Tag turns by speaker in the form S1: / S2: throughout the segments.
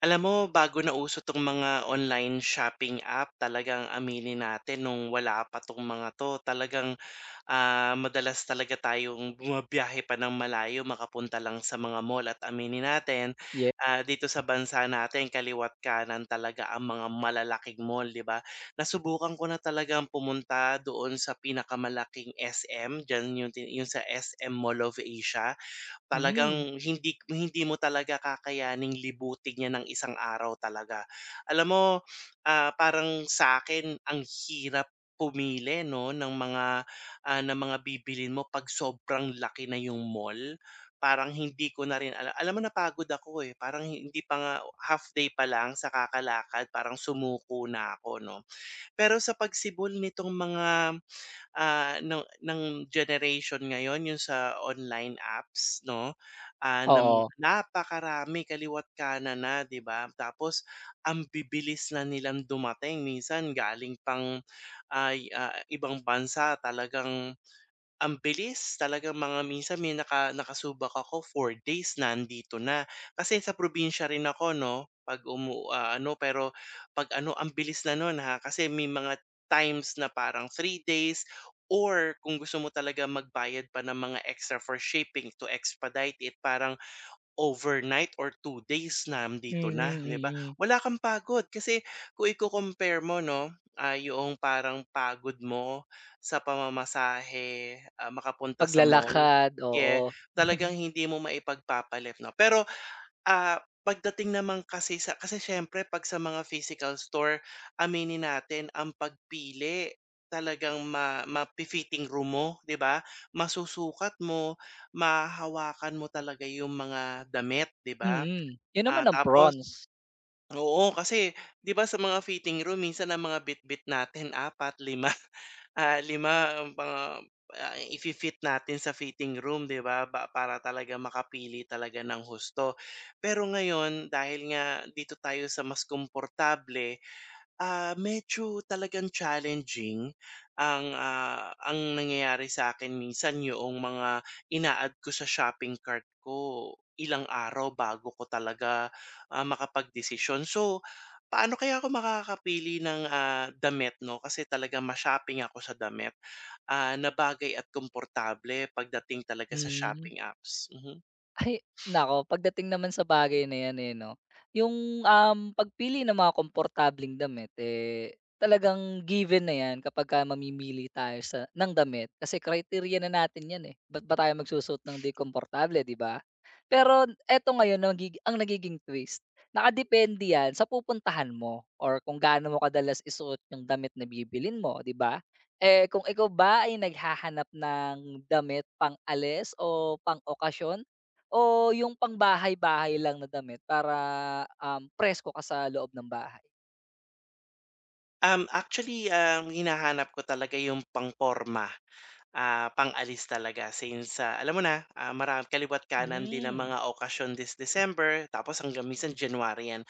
S1: Alam mo, bago na nauso 'tong mga online shopping app, talagang aminin natin nung wala pa 'tong mga 'to, talagang, madalas talaga tayong bumabiyahe pa ng malayo makapunta lang sa mga mall at aminin natin,
S2: Ye
S1: dito sa bansa natin kaliwa't kanan talaga ang mga malalaking mall, 'di ba? Nasubukan ko na talagang pumunta doon sa pinakamalaking SM, diyan yung sa SM Mall of Asia.
S2: Hmm.
S1: Talagang hindi hindi mo talaga kakayaning libutin yan ng isang araw talaga. Alam mo, parang sa akin ang hirap pumili 'no ng mga, ng mga bibilin mo 'pag sobrang laki na yung mall. Parang hindi ko na rin alam mo napagod ako, eh, parang hindi pa nga half day pa lang sa kakalakad parang sumuko na ako 'no. Pero sa pagsibol nitong mga ng generation ngayon yung sa online apps 'no, na mga
S2: Oo.
S1: napakarami kaliwa't kanan na 'di ba? Tapos ang bibilis na nilang dumating minsan galing pang, ibang bansa talagang ang bilis talagang mga minsan may nakasubak ako four days nandito na. Kasi sa probinsya rin ako 'no, 'pag ano pero 'pag ano ang bilis na nun ha, kasi may mga times na parang three days or kung gusto mo talaga magbayad pa ng mga extra for shipping to expedite it parang overnight or two days na dito
S2: Mm,
S1: na, 'di ba?
S2: mm.
S1: Wala kang pagod kasi kung iko-compare mo 'no, yoong parang pagod mo sa pamamasahe, makapunta sa mall,
S2: Paglalakad,
S1: yeah,
S2: oo.
S1: talagang hindi mo maipagpapalit 'no. Pero pagdating naman kasi kasi siyempre 'pag sa mga physical store, aminin natin ang pagpili talagang mafi-fitting room mo, 'di ba? Masusukat mo, mahahawakan mo talaga yung mga damit, 'di ba?
S2: Mm. 'Yun naman
S1: Ah,
S2: ang
S1: tapos
S2: prawns.
S1: oo, kasi 'di ba sa mga fitting room minsan ang mga bitbit natin apat lima. 5 ang ifi-fit natin sa fitting room, 'di ba? Para talaga makapili talaga ng husto. Pero ngayon, dahil nga dito tayo sa mas komportable, medyo talagang challenging ang nangyayari sa akin minsan yung mga ina-add ko sa shopping cart ko, ilang araw bago ko talaga, makapagdesisyon. So, paano kaya ako makakapili ng, damit 'no, kasi talaga ma-shopping ako sa damit, na bagay at komportable pagdating talaga sa
S2: Hmm.
S1: shopping apps, mhm.
S2: Ay, naku, pagdating naman sa bagay na 'yan, eh, 'no, yung, pagpili ng mga komportableng damit, eh, talagang given na 'yan kapagka mamimili tayo ng damit kasi kriteriya na natin 'yan, eh. Ba't ba tayo magsusuot ng 'di komportable, 'di ba? Pero eto ngayon ang nagiging twist, nakadepende 'yan sa pupuntahan mo or kung gaano mo kadalas isuot yung damit na bibilin mo, 'di ba? Eh, kung ikaw ba ay naghahanap ng damit pang-alis o pang-okasyon o yung pangbahay-bahay lang na damit para, presko ka sa loob ng bahay?
S1: Actually, ang hinahanap ko talaga yung pangporma. Pang-alis talaga since, alam mo na, ah, mara kaliwa't kanan din ang
S2: Hmm.
S1: mga okasyon this December tapos hanggang minsan January 'yan.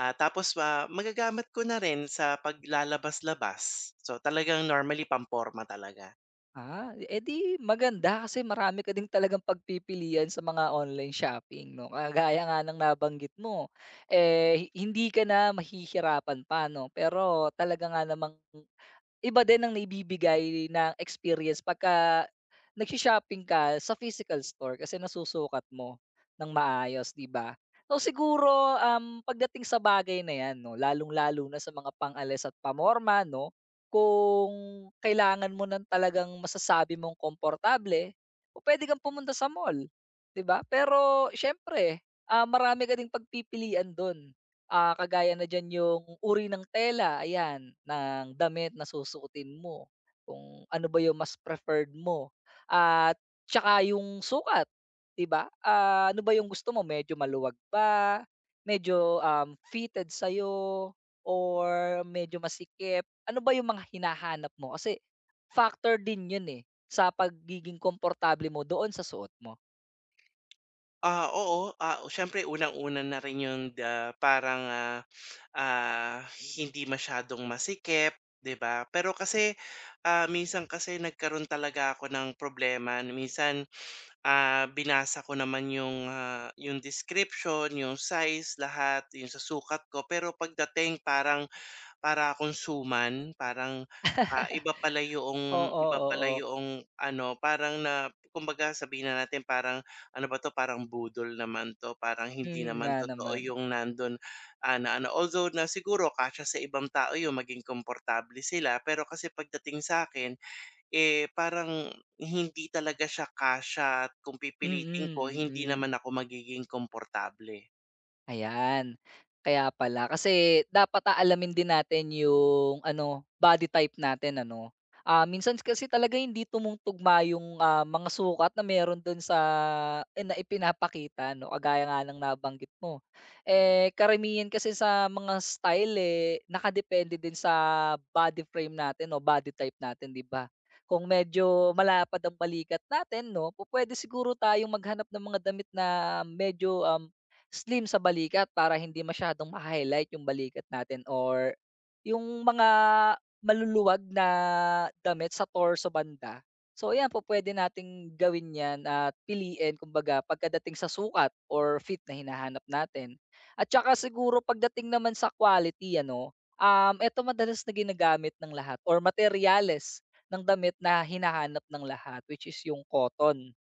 S1: Tapos, magagamit ko na rin sa paglalabas-labas. So, talagang normally pamporma talaga.
S2: Eh, di maganda kasi marami ka din talagang pagpipilian sa mga online shopping 'no, kagaya nga ng nabanggit mo, eh, hindi ka na mahihirapan pa 'no, pero talaga nga namang iba din ang naibibigay ng experience pagka nagso-shopping ka sa physical store kasi nasusukat mo ng maayos, 'di ba? So siguro, pagdating sa bagay na 'yan 'no, lalong-lalo na sa mga pang-alis at pamorma 'no, kung kailangan mo ng talagang masasabi mong komportable, o puwede kang pumunta sa mall, 'di ba? Pero siyempre, marami ka ding pagpipilian do'n. Kagaya na diyan yung uri ng tela, ayan, ng damit na susuotin mo, kung ano ba yung mas preferred mo at tsaka yung sukat, 'di ba? Ano ba yung gusto mo, medyo maluwag ba, medyo, fitted sa'yo or medyo masikip? Ano ba yung mga hinahanap mo? Kasi factor din yun, eh, sa pagiging komportable mo doon sa suot mo.
S1: Oo, siyempre unang-una na rin yung parang, ah, hindi masyadong masikip, 'di ba? Pero kasi, minsan kasi nagkaroon talaga ako ng problema minsan. Binasa ko naman yung, yung description, yung size, lahat, yung sa sukat ko. Pero pagdating parang para akong suman, parang, iba pala
S2: Oo,
S1: yoong iba
S2: oo.
S1: pala
S2: Oo.
S1: yoong ano, parang na kumbaga sabihin na natin parang ano ba 'to, parang budol naman 'to, parang hindi
S2: Mm, nga
S1: naman totoo
S2: naman.
S1: yung nandun, na ano. Although na siguro kasya sa ibang tao yung maging komportable sila, pero kasi pagdating sa akin eh, parang hindi talaga siya kasya at kung
S2: Mm,
S1: pipilitin ko
S2: mm.
S1: hindi
S2: Mm.
S1: naman ako magiging komportable.
S2: Ayan, kaya pala. Kasi dapat aalamin din natin yung ano, body type natin, ano. Minsan kasi talaga hindi tumutugma yung, mga sukat na meron dun sa, eh, na ipinapakita 'no, kagaya nga ng nabanggit mo. Eh, karamihan kasi sa mga style, eh, nakadepende din sa body frame natin o body type natin, 'di ba? Kung medyo malapad ang balikat natin 'no, pupuwede siguro tayong maghanap ng mga damit na medyo, slim sa balikat para hindi masyadong ma-highlight yung balikat natin or yung mga maluluwag na damit sa torso banda. So ayan, po, pwede nating gawin 'yan at piliin, kumbaga, pagkadating sa sukat or fit na hinahanap natin. At saka siguro pagdating naman sa quality, ano, eto madalas na ginagamit ng lahat or materyales ng damit na hinahanap ng lahat which is yung cotton.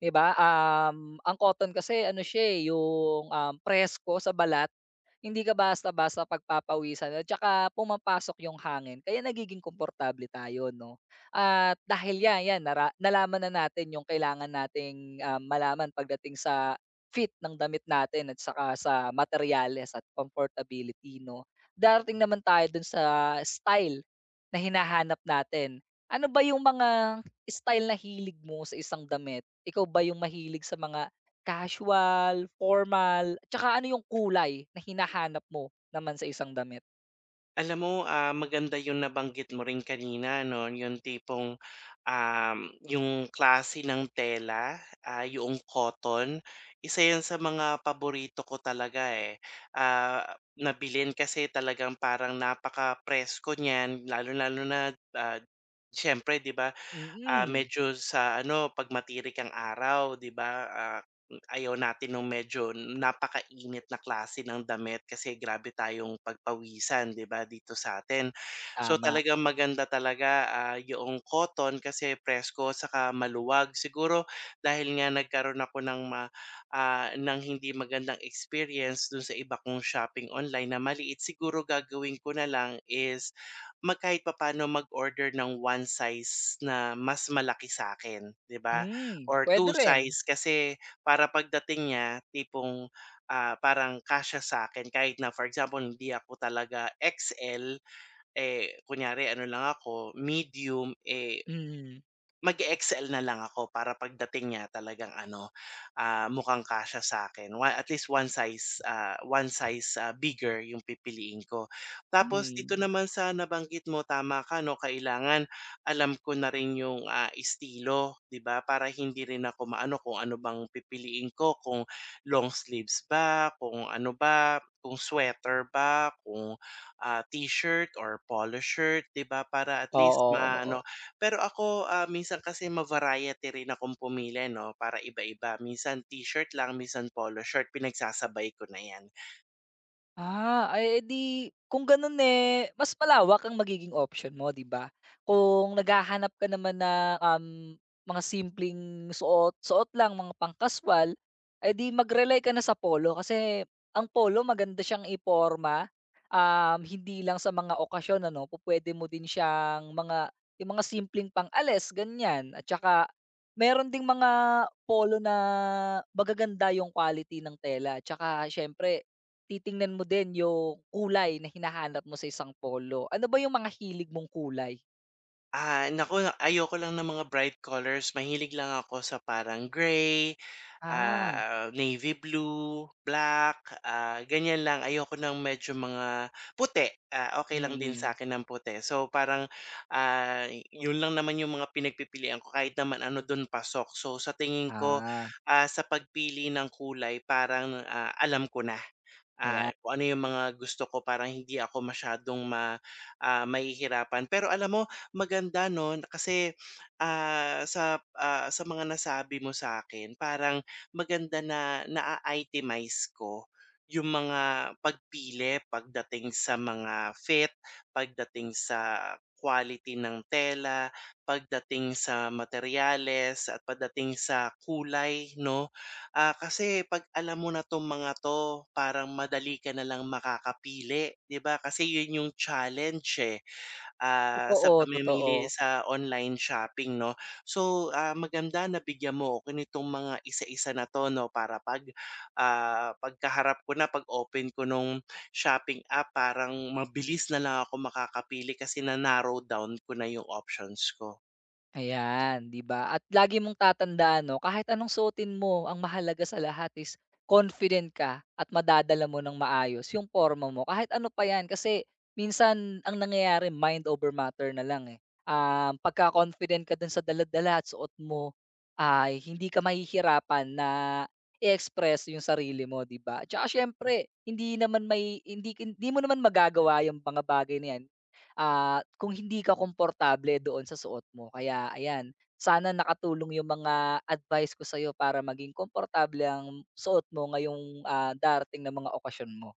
S2: 'Di ba, ang cotton kasi ano siya, eh, yung, presko sa balat. Hindi ka basta-basta pagpapawisan at tsaka pumapasok yung hangin kaya nagiging komportable tayo 'no. At dahil yan, yan nara nalaman na natin yung kailangan nating, malaman pagdating sa fit ng damit natin at saka sa materials at comfortability 'no. Darating naman tayo dun sa style na hinahanap natin. Ano ba yung mga style na hilig mo sa isang damit, ikaw ba yung mahilig sa mga casual, formal, at ano yung kulay na hinahanap mo naman sa isang damit?
S1: Alam mo, maganda yung nabanggit mo rin kanina 'no, yung tipong, um, yung klase ng tela, yung cotton, isa 'yan sa mga paborito ko talaga, eh, ah, na bilhin kasi talagang parang napakapresko niyan, lalo lalo na, ah, siyempre 'di ba,
S2: Mm,
S1: medyo sa ano 'pag matirik ang araw 'di ba, ayaw natin ng medyo napakainit na klase ng damit kasi grabe tayong pagpawisan 'di ba dito sa'tin. So,
S2: tama.
S1: talagang maganda talaga, yoong cotton kasi presko saka maluwag. Siguro dahil nga nagkaroon ako ng hindi magandang experience dun sa iba kong shopping online na maliit siguro gagawin ko na lang is kahit papaano mag-order ng one size na mas malaki sa akin, 'di ba?
S2: Hmm,
S1: Or two
S2: puwede rin.
S1: size kasi para pagdating niya tipong, parang kasya sa akin, kahit na for example hindi ako talaga XL, eh, kunyari ano lang ako, medium, eh
S2: Mm,
S1: mag excel na lang ako para pagdating niya talagang ano, mukhang kasya sa akin. At least one size, bigger yung pipiliin ko. Tapos dito
S2: hmm.
S1: naman sa nabanggit mo, tama ka 'no, kailangan alam ko na rin yung, estilo, 'di ba? Para hindi rin ako maano kung ano bang pipiliin ko, kung long sleeves ba, kung ano ba, kung sweater ba, kung, t-shirt or polo shirt, 'di ba? Para at least
S2: Oo, oo.
S1: maano pero ako, minsan kasi ma-variety rin akong pumili 'no, para iba-iba. Minsan t-shirt lang, minsan polo shirt, pinagsasabay ko na 'yan.
S2: Ay eh di kung ganun, eh, mas malawak ang magiging option mo, 'di ba? Kung naghahanap ka naman na, mga simpleng suot suot lang, mga pang ay di mag-rely ka na sa polo kasi ang polo maganda siyang iporma, hindi lang sa mga okasyon, ano, pupuwede mo din siyang mga yung mga simpleng pang-alis, ganyan. At saka meron ding mga polo na magaganda yung quality ng tela at saka siyempre titingnan mo din yung kulay na hinahanap mo sa isang polo. Ano ba yung mga hilig mong kulay?
S1: Naku, ayoko lang ng mga bright colors. Mahilig lang ako sa parang gray,
S2: Ah,
S1: navy blue, black, ganyan lang. Ayoko ng medyo mga puti. Okey lang din sa
S2: mm.
S1: akin ng puti. So, parang, ah, yun lang naman yung mga pinagpipilian ko kahit naman ano dun pasok. So, sa tingin ko,
S2: Ah,
S1: sa pagpili ng kulay parang, alam ko na
S2: Ayan.
S1: kung ano yung mga gusto ko parang hindi ako masyadong mahihirapan. Pero alam mo maganda 'no kasi, sa mga nasabi mo sa akin parang maganda na na itemize ko yung mga pagpili pagdating sa mga fit, pagdating sa quality ng tela, pagdating sa materyales at pagdating sa kulay 'no. Kasi 'pag alam mo na 'tong mga 'to, parang madali ka na lang makakapili, 'di ba? Kasi 'yun yung challenge, eh, sa
S2: Totoo,
S1: pamimili
S2: totoo.
S1: sa online shopping 'no. So, maganda na bigyan mo ako nitong mga isa-isa na 'to 'no, para 'pag, pagkaharap ko na, 'pag open ko nung shopping app, parang mabilis na lang ako makakapili kasi na-narrow down ko na yung options ko.
S2: Ayan, 'di ba? At lagi mong tatandaan 'no, kahit anong suotin mo, ang mahalaga sa lahat is confident ka at madadala mo ng maayos yung porma mo kahit ano pa 'yan. Kasi minsan ang nangyayari mind over matter na lang, eh. Pagka-confident ka dun sa dala-dala at suot mo, ay hindi ka mahihirapan na i-express yung sarili mo, 'di ba? Tsaka siyempre hindi naman may hindi hindi mo naman magagawa yung mga bagay na 'yan, kung hindi ka komportable doon sa suot mo. Kaya ayan, sana nakatulong yung mga advice ko sa'yo para maging komportable ang suot mo ngayong, darating na mga okasyon mo.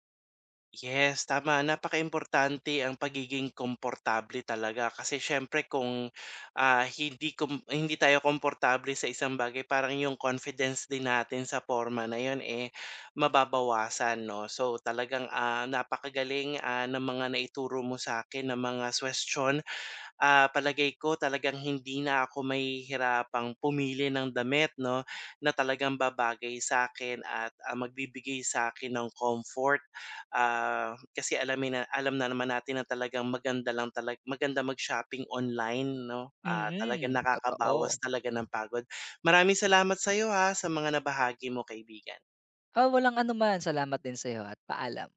S1: Yes, tama. Importante ang pagiging komportable talaga kasi siyempre kung, hindi tayo komportable sa isang bagay parang yung confidence din natin sa forma na yun, eh, mababawasan 'no. So talagang, napakagaling, ng mga naituro mo sa'kin na mga question. Palagay ko talagang hindi na ako may mahihirapang pumili ng damit 'no, na talagang babagay sa akin at, magbibigay sa akin ng comfort. Kasi alam na naman natin na talagang maganda lang maganda mag-shopping online 'no, talagang
S2: Mm.
S1: nakakabawas
S2: Totoo.
S1: talaga ng pagod. Maraming salamat sa iyo ha, sa mga nabahagi mo kaibigan.
S2: Walang anuman. Salamat din sa'yo at paalam.